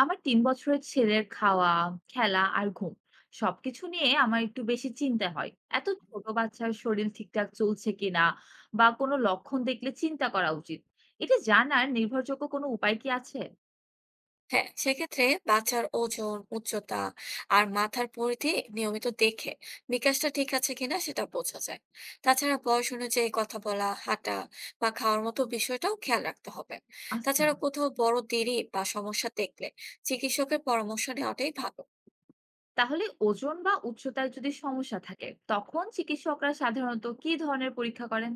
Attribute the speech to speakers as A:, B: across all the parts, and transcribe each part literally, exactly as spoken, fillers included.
A: আমার তিন বছরের ছেলের খাওয়া, খেলা আর ঘুম সবকিছু নিয়ে আমার একটু বেশি চিন্তা হয়। এত ছোট বাচ্চার শরীর ঠিকঠাক চলছে কিনা বা কোনো লক্ষণ দেখলে চিন্তা করা উচিত। এটা জানার নির্ভরযোগ্য কোনো উপায় কি আছে?
B: হ্যাঁ, সেক্ষেত্রে বাচ্চার ওজন, উচ্চতা আর মাথার পরিধি নিয়মিত দেখে বিকাশটা ঠিক আছে কিনা সেটা বোঝা যায়। তাছাড়া বয়স অনুযায়ী কথা বলা, হাঁটা বা খাওয়ার মতো বিষয়টাও খেয়াল রাখতে হবে।
A: আচ্ছা,
B: তাছাড়া কোথাও বড় দেরি বা সমস্যা দেখলে চিকিৎসকের পরামর্শ নেওয়াটাই ভালো।
A: তাহলে ওজন বা উচ্চতায় যদি সমস্যা থাকে, তখন চিকিৎসকরা সাধারণত কি ধরনের পরীক্ষা করেন?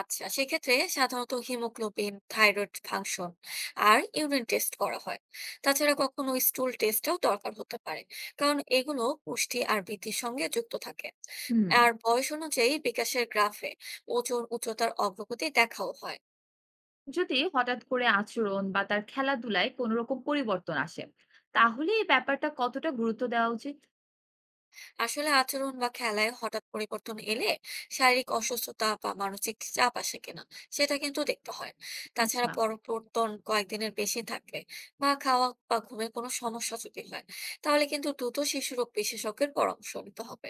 B: আচ্ছা, সেক্ষেত্রে সাধারণত হিমোগ্লোবিন, থাইরয়েড ফাংশন আর ইউরিন টেস্ট করা হয়। তাছাড়া কখনো স্টুল টেস্টও দরকার হতে পারে, কারণ এগুলো পুষ্টি আর বৃদ্ধির সঙ্গে যুক্ত থাকে।
A: হুম,
B: আর বয়স অনুযায়ী বিকাশের গ্রাফে ওজন, উচ্চতার অগ্রগতি দেখাও হয়।
A: যদি হঠাৎ করে আচরণ বা তার খেলাধুলায় কোনো রকম পরিবর্তন আসে, তাহলে এই ব্যাপারটা কতটা গুরুত্ব দেওয়া উচিত?
B: আসলে আচরণ বা খেলায় হঠাৎ পরিবর্তন এলে শারীরিক অসুস্থতা বা মানসিক চাপ আসে কিনা সেটা কিন্তু দেখতে হয়। তাছাড়া
A: আচ্ছা,
B: পরিবর্তন কয়েকদিনের বেশি থাকলে বা খাওয়া বা ঘুমের কোনো সমস্যা যদি হয়, তাহলে কিন্তু দ্রুত শিশু রোগ বিশেষজ্ঞের পরামর্শ নিতে হবে।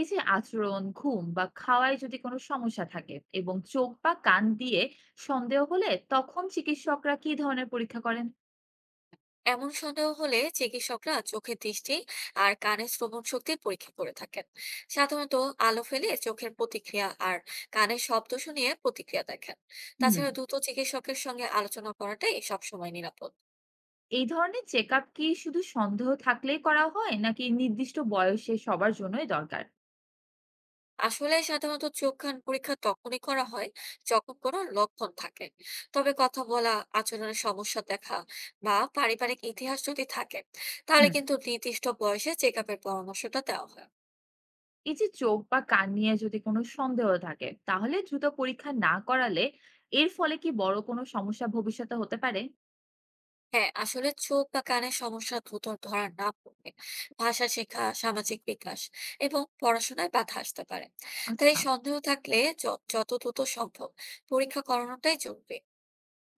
A: এই যে আচরণ, ঘুম বা খাওয়ায় যদি কোনো সমস্যা থাকে এবং চোখ বা কান দিয়ে সন্দেহ হলে তখন চিকিৎসকরা কি ধরনের পরীক্ষা করেন?
B: এমন সন্দেহ হলে চিকিৎসকরা চোখের দৃষ্টি আর কানের শ্রবণ শক্তির পরীক্ষা করে থাকেন। সাধারণত আলো ফেলে চোখের প্রতিক্রিয়া আর কানের শব্দ শুনিয়ে প্রতিক্রিয়া দেখেন।
A: হুম,
B: তাছাড়া দ্রুত চিকিৎসকের সঙ্গে আলোচনা করাটাই সবসময় নিরাপদ।
A: এই ধরনের চেকআপ কি শুধু সন্দেহ থাকলেই করা হয় নাকি নির্দিষ্ট বয়সে সবার জন্যই দরকার?
B: আসলে সাধারণত চোখ, কান পরীক্ষা তখনই করা হয় যখন কোনো লক্ষণ থাকে। তবে কথা বলা, আচরণের সমস্যা দেখা বা পারিবারিক ইতিহাস যদি থাকে, তাহলে
A: হুম,
B: কিন্তু নির্দিষ্ট বয়সে চেক আপের পরামর্শটা দেওয়া হয়।
A: এই যে চোখ বা কান নিয়ে যদি কোনো সন্দেহ থাকে তাহলে দ্রুত পরীক্ষা না করালে এর ফলে কি বড় কোনো সমস্যা ভবিষ্যতে হতে পারে?
B: হ্যাঁ, আসলে চোখ বা কানের সমস্যা দ্রুত ধরা না পড়লে ভাষা শেখা, সামাজিক বিকাশ এবং পড়াশোনায় বাধা আসতে পারে। তাই
A: আচ্ছা,
B: সন্দেহ থাকলে য- যত দ্রুত সম্ভব পরীক্ষা করানোটাই জরুরি।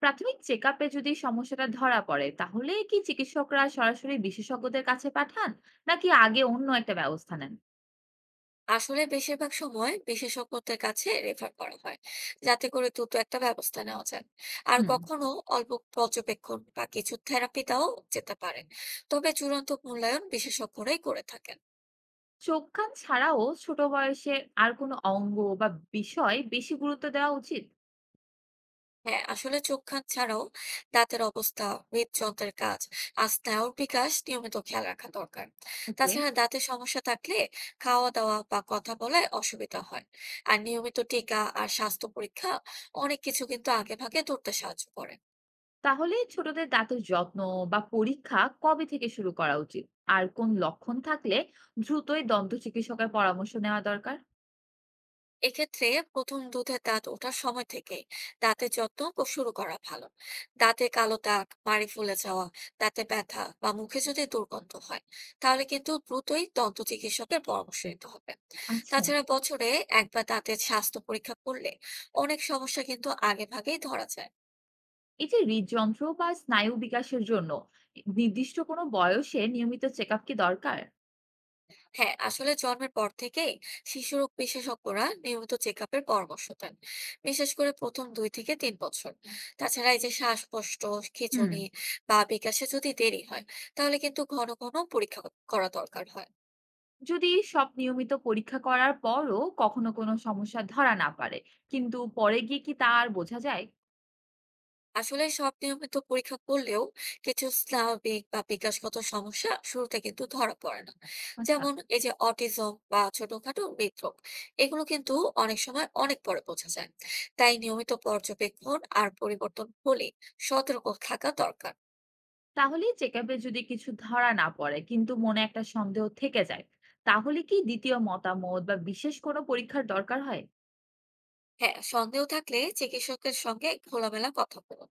A: প্রাথমিক চেকআপে যদি সমস্যাটা ধরা পড়ে তাহলে কি চিকিৎসকরা সরাসরি বিশেষজ্ঞদের কাছে পাঠান নাকি আগে অন্য একটা ব্যবস্থা নেন?
B: আসলে বেশিরভাগ সময় বিশেষজ্ঞদের কাছে রেফার করা হয়, যাতে করে দ্রুত একটা ব্যবস্থা নেওয়া যায়। আর
A: হুম,
B: কখনো অল্প পর্যবেক্ষণ বা কিছু থেরাপি দেওয়াও যেতে পারে, তবে চূড়ান্ত মূল্যায়ন বিশেষজ্ঞরাই করে থাকেন।
A: চোখ কান ছাড়াও ছোট বয়সে আর কোনো অঙ্গ বা বিষয় বেশি গুরুত্ব দেওয়া উচিত?
B: হ্যাঁ, আসলে চোখ, কান ছাড়াও দাঁতের অবস্থা, হৃদযন্ত্রের কাজ আর স্নায়ুর বিকাশ নিয়মিত খেয়াল রাখা দরকার।
A: ওকে,
B: তাছাড়া দাঁতের সমস্যা থাকলে খাওয়া দাওয়া বা কথা বলায় অসুবিধা হয়। আর নিয়মিত টিকা আর স্বাস্থ্য পরীক্ষা অনেক কিছু কিন্তু আগেভাগে ধরতে সাহায্য করে।
A: তাহলে ছোটদের দাঁতের যত্ন বা পরীক্ষা কবে থেকে শুরু করা উচিত আর কোন লক্ষণ থাকলে দ্রুতই দন্ত চিকিৎসকের পরামর্শ নেওয়া দরকার?
B: এক্ষেত্রে প্রথম দুধের দাঁত ওঠার সময় থেকে দাঁতের যত্ন ক- শুরু করা ভালো। দাঁতে কালো দাগ, মাড়ি ফুলে যাওয়া, দাঁতে ব্যথা বা মুখে যদি দুর্গন্ধ হয়, তাহলে কিন্তু দ্রুতই দন্ত চিকিৎসকের পরামর্শ নিতে হবে।
A: আচ্ছা,
B: তাছাড়া বছরে একবার দাঁতের স্বাস্থ্য পরীক্ষা করলে অনেক সমস্যা কিন্তু আগে ভাগেই ধরা যায়।
A: এই যে হৃদযন্ত্র বা স্নায়ু বিকাশের জন্য নির্দিষ্ট কোনো বয়সে নিয়মিত চেকআপ কি দরকার?
B: হ্যাঁ, আসলে জন্মের পর থেকেই শিশু রোগ বিশেষজ্ঞরা নিয়মিত চেক আপের পরামর্শ দেন, বিশেষ করে প্রথম দুই থেকে তিন বছর। তাছাড়া এই যে শ্বাসকষ্ট,
A: হুম,
B: খিঁচুনি বা বিকাশে যদি দেরি হয়, তাহলে কিন্তু ঘন ঘন পরীক্ষা করা দরকার হয়।
A: যদি সব নিয়মিত পরীক্ষা করার পরও কখনো কোনো সমস্যা ধরা না পারে কিন্তু পরে গিয়ে কি তা আর বোঝা যায়?
B: আসলে সব নিয়মিত পরীক্ষা করলেও কিছু স্নাবিক বা বিকাশগত সমস্যা শুরুতে কিন্তু ধরা পড়ে না।
A: আচ্ছা,
B: যেমন এই যে অটিজম বা ছোটখাটো হৃদরোগ, এগুলো কিন্তু অনেক সময় অনেক পরে বোঝা যায়। তাই নিয়মিত পর্যবেক্ষণ আর পরিবর্তন হলে সতর্ক থাকা দরকার।
A: তাহলে চেকআপে যদি কিছু ধরা না পড়ে কিন্তু মনে একটা সন্দেহ থেকে যায় তাহলে কি দ্বিতীয় মতামত বা বিশেষ কোনো পরীক্ষার দরকার হয়?
B: হ্যাঁ, সন্দেহ থাকলে চিকিৎসকের সঙ্গে খোলামেলা কথা বলুন।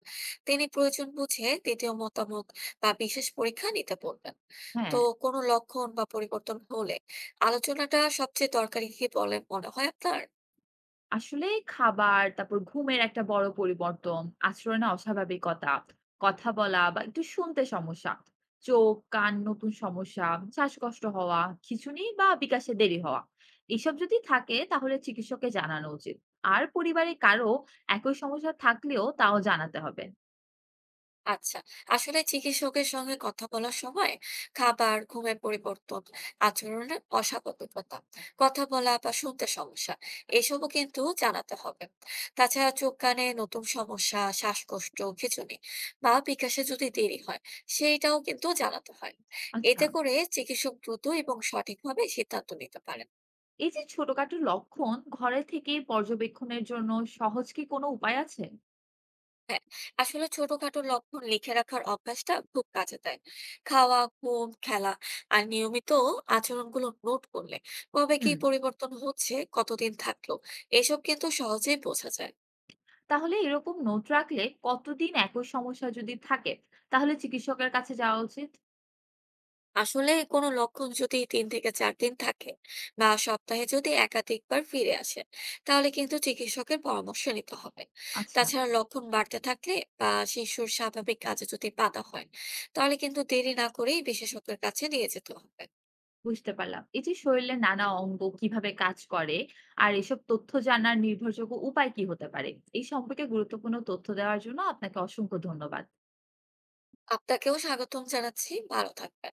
B: তিনি প্রয়োজন বুঝে দ্বিতীয় মতামত বা বিশেষ পরীক্ষা নিতে বলবেন। তো
A: হ্যাঁ,
B: কোনো লক্ষণ বা পরিবর্তন হলে আলোচনাটা সবচেয়ে দরকারি কি বলে মনে হয় আপনার?
A: আসলে খাবার, তারপর ঘুমের একটা বড় পরিবর্তন, আচরণে অস্বাভাবিকতা, কথা বলা বা একটু শুনতে সমস্যা, চোখ, কান নতুন সমস্যা, শ্বাসকষ্ট হওয়া, খিঁচুনি বা বিকাশে দেরি হওয়া। এসব যদি থাকে তাহলে চিকিৎসককে জানানো উচিত। আর পরিবারে কারো একই সমস্যা থাকলেও তাও জানাতে হবে।
B: আচ্ছা, আসলে চিকিৎসকের সঙ্গে কথা বলার সময় খাবার, ঘুমের পরিবর্তন, আচরণের অস্বাভাবিকতা, কথা বলা বা শুনতে সমস্যা, এসবও কিন্তু জানাতে হবে। তাছাড়া চোখ, কানে নতুন সমস্যা, শ্বাসকষ্ট, খিঁচুনি বা বিকাশে যদি দেরি হয়, সেইটাও কিন্তু জানাতে হয়।
A: আচ্ছা,
B: এতে করে চিকিৎসক দ্রুত এবং সঠিকভাবে সিদ্ধান্ত নিতে পারে।
A: এই যে ছোটখাটো লক্ষণ ঘরে থেকে পর্যবেক্ষণের জন্য সহজ কি কোনো উপায় আছে?
B: হ্যাঁ, আসলে ছোটখাটো লক্ষণ লিখে রাখার অভ্যাসটা খুব কাজে দেয়। খাওয়া, ঘুম, খেলা আর নিয়মিত আচরণগুলো নোট করলে কবে কি
A: হুম,
B: পরিবর্তন হচ্ছে, কতদিন থাকলো, এসব কিন্তু সহজেই বোঝা যায়।
A: তাহলে এরকম নোট রাখলে কতদিন একই সমস্যা যদি থাকে তাহলে চিকিৎসকের কাছে যাওয়া উচিত?
B: আসলে কোনো লক্ষণ যদি তিন থেকে চার দিন থাকে বা সপ্তাহে যদি একাধিকবার ফিরে আসে, তাহলে কিন্তু চিকিৎসকের পরামর্শ নিতে হবে।
A: আচ্ছা,
B: তাছাড়া লক্ষণ বাড়তে থাকলে বা শিশুর স্বাভাবিক কাজে যদি বাধা হয়, তাহলে কিন্তু দেরি না করেই বিশেষজ্ঞের কাছে নিয়ে যেতে হবে।
A: বুঝতে পারলাম এই যে শরীরের নানা অঙ্গ কিভাবে কাজ করে আর এসব তথ্য জানার নির্ভরযোগ্য উপায় কি হতে পারে, এই সম্পর্কে গুরুত্বপূর্ণ তথ্য দেওয়ার জন্য আপনাকে অসংখ্য ধন্যবাদ।
B: আপনাকেও স্বাগতম জানাচ্ছি। ভালো থাকবেন।